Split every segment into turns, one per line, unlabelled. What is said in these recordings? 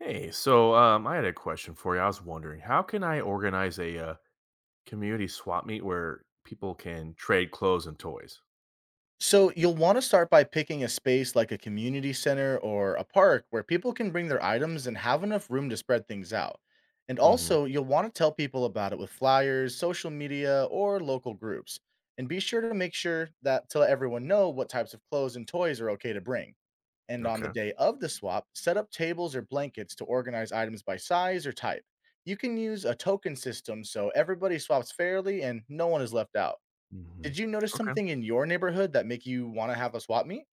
Hey, I had a question for you. I was wondering, how can I organize a community swap meet where people can trade clothes and toys?
So you'll want to start by picking a space like a community center or a park where people can bring their items and have enough room to spread things out. And
Hmm.
also, you'll want to tell people about it with flyers, social media, or local groups. And be sure to make sure that to let everyone know what types of clothes and toys are okay to bring. And on the
Okay.
day of the swap, set up tables or blankets to organize items by size or type. You can use a token system so everybody swaps fairly and no one is left out.
Hmm.
Did you notice
Okay.
something in your neighborhood that make you wanna have a swap meet?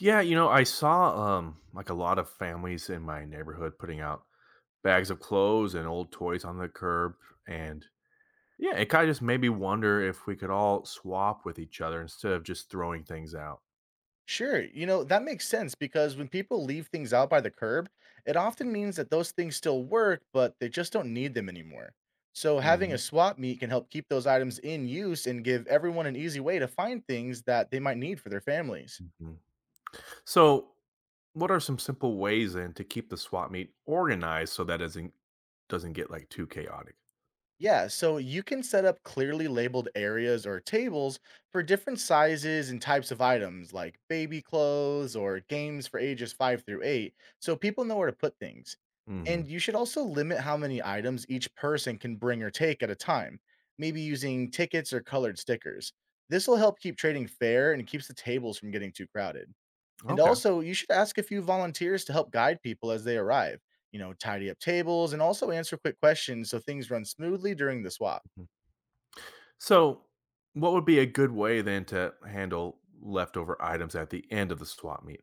Yeah, I saw like a lot of families in my neighborhood putting out bags of clothes and old toys on the curb, and yeah, it kind of just made me wonder if we could all swap with each other instead of just throwing things out.
Sure, you know, that makes sense because when people leave things out by the curb, it often means that those things still work, but they just don't need them anymore. So having a
Hmm.
swap meet can help keep those items in use and give everyone an easy way to find things that they might need for their families.
So, what are some simple ways then to keep the swap meet organized so that does not isn't doesn't get like too chaotic?
Yeah, so you can set up clearly labeled areas or tables for different sizes and types of items like baby clothes or games for ages 5 through 8, so people know where to put things. And
Hmm.
you should also limit how many items each person can bring or take at a time, maybe using tickets or colored stickers. This will help keep trading fair and keeps the tables from getting too crowded. And
Okay.
also, you should ask a few volunteers to help guide people as they arrive, you know, tidy up tables and also answer quick questions so things run smoothly during the swap.
Mhm. So, what would be a good way then to handle leftover items at the end of the swap meet?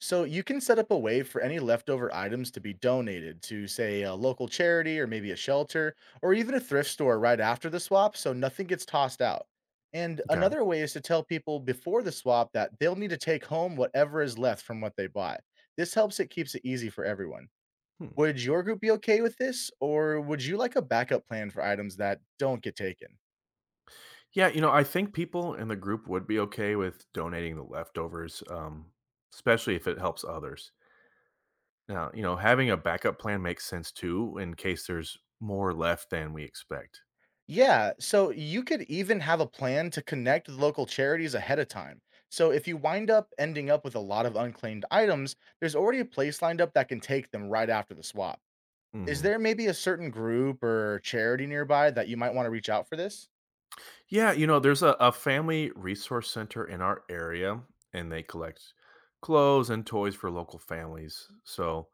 So, you can set up a way for any leftover items to be donated to, say, a local charity or maybe a shelter or even a thrift store right after the swap so nothing gets tossed out. And
Okay.
another way is to tell people before the swap that they'll need to take home whatever is left from what they bought. This helps it keeps it easy for everyone.
Hmm.
Would your group be okay with this, or would you like a backup plan for items that don't get taken?
Yeah, I think people in the group would be okay with donating the leftovers, especially if it helps others. Now, having a backup plan makes sense too in case there's more left than we expect.
Yeah, so you could even have a plan to connect with local charities ahead of time. So if you wind up ending up with a lot of unclaimed items, there's already a place lined up that can take them right after the swap. Is
Mhm.
there maybe a certain group or charity nearby that you might want to reach out for this?
Yeah, there's a family resource center in our area, and they collect clothes and toys for local families. So,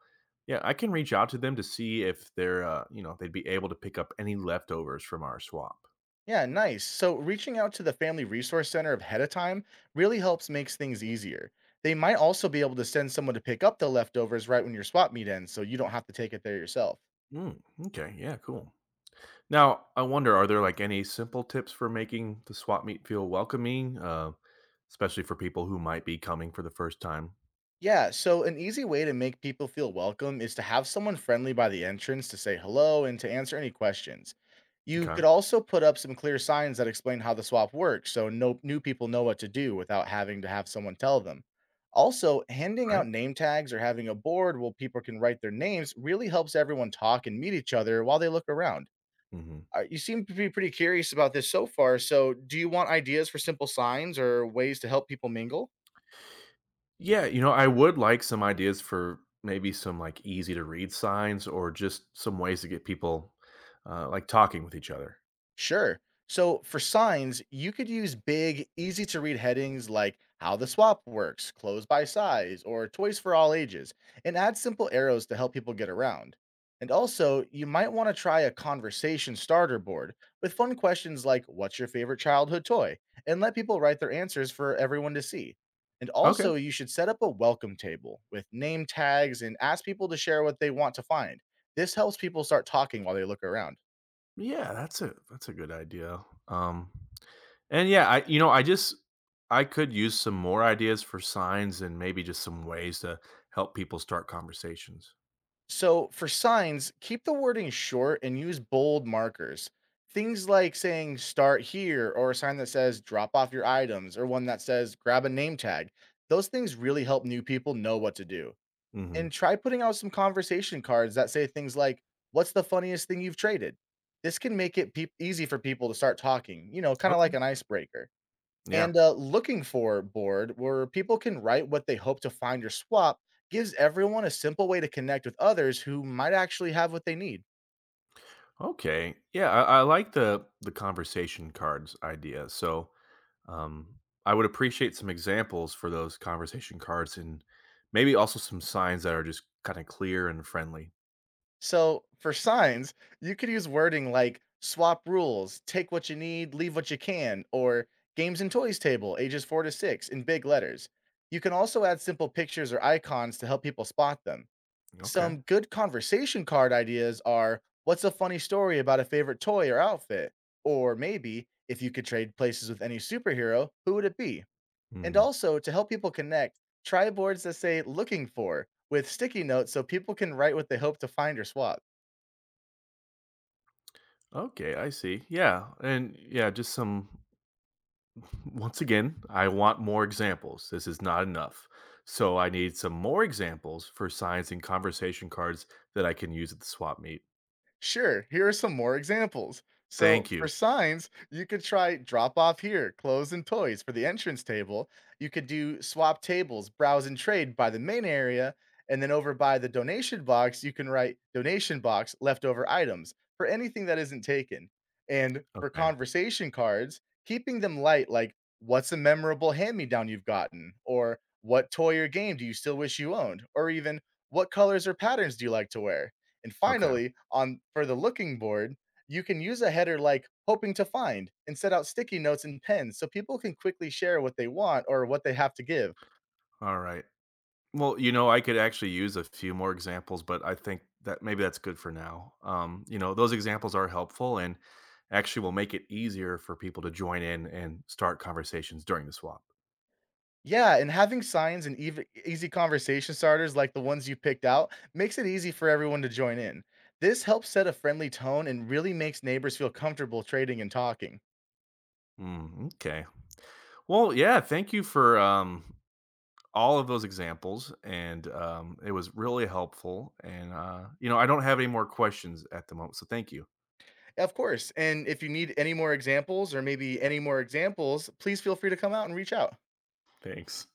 yeah, I can reach out to them to see if they're, they'd be able to pick up any leftovers from our swap.
Yeah, nice. So reaching out to the Family Resource Center ahead of time really helps makes things easier. They might also be able to send someone to pick up the leftovers right when your swap meet ends, so you don't have to take it there yourself.
Mm, okay, yeah, cool. Now, I wonder, are there like any simple tips for making the swap meet feel welcoming, especially for people who might be coming for the first time?
Yeah, so an easy way to make people feel welcome is to have someone friendly by the entrance to say hello and to answer any questions.
Okay,
You
all
could also put up some clear signs that explain how the swap works so no new people know what to do without having to have someone tell them. Also, handing
right.
out name tags or having a board where people can write their names really helps everyone talk and meet each other while they look around.
Mm-hmm.
You seem to be pretty curious about this so far, so do you want ideas for simple signs or ways to help people mingle?
Yeah, I would like some ideas for maybe some like easy to read signs or just some ways to get people like talking with each other.
Sure. So for signs, you could use big, easy to read headings like how the swap works, clothes by size, or toys for all ages, and add simple arrows to help people get around. And also, you might want to try a conversation starter board with fun questions like, what's your favorite childhood toy? And let people write their answers for everyone to see. And
Okay.
also, you should set up a welcome table with name tags and ask people to share what they want to find. This helps people start talking while they look around.
Yeah, that's a good idea. And yeah, I you know, I just I could use some more ideas for signs and maybe just some ways to help people start conversations.
So for signs, keep the wording short and use bold markers. Things like saying start here, or a sign that says drop off your items, or one that says grab a name tag. Those things really help new people know what to do.
Mhm.
And try putting out some conversation cards that say things like, what's the funniest thing you've traded? This can make it peop easy for people to start talking, you know, kind of
Okay.
like an icebreaker.
Yeah.
And a looking for board where people can write what they hope to find or swap gives everyone a simple way to connect with others who might actually have what they need.
Okay. Yeah, I like the conversation cards idea. So, Um, I would appreciate some examples for those conversation cards and maybe also some signs that are just kind of clear and friendly.
So for signs, you could use wording like swap rules, take what you need, leave what you can, or games and toys table, ages four to six, in big letters. You can also add simple pictures or icons to help people spot them.
Okay.
Some good conversation card ideas are, what's a funny story about a favorite toy or outfit? Or maybe, if you could trade places with any superhero, who would it be? And
Hmm.
also to help people connect, try boards that say looking for, with sticky notes so people can write what they hope to find or swap.
Okay, I see. Yeah. And once again, I want more examples. This is not enough. So I need some more examples for signs and conversation cards that I can use at the swap meet.
Sure, here are some more examples. So,
Thank
for
you.
signs, you could try drop off here, clothes and toys for the entrance table. You could do swap tables, browse and trade by the main area. And then over by the donation box, you can write donation box, leftover items for anything that isn't taken. And for
Okay.
conversation cards, keeping them light, like, what's a memorable hand me down you've gotten, or what toy or game do you still wish you owned, or even, what colors or patterns do you like to wear? And
Okay.
finally, on for the looking board, you can use a header like hoping to find, and set out sticky notes and pens so people can quickly share what they want or what they have to give.
All right. Well, I could actually use a few more examples, but I think that maybe that's good for now. Those examples are helpful and actually will make it easier for people to join in and start conversations during the swap.
Yeah, and having signs and easy conversation starters like the ones you picked out makes it easy for everyone to join in. This helps set a friendly tone and really makes neighbors feel comfortable trading and talking.
Mm, okay. Well, yeah, thank you for all of those examples. And it was really helpful. And, I don't have any more questions at the moment. So thank you.
Of course, and if you need any more examples or maybe any more examples, please feel free to come out and reach out.
Thanks.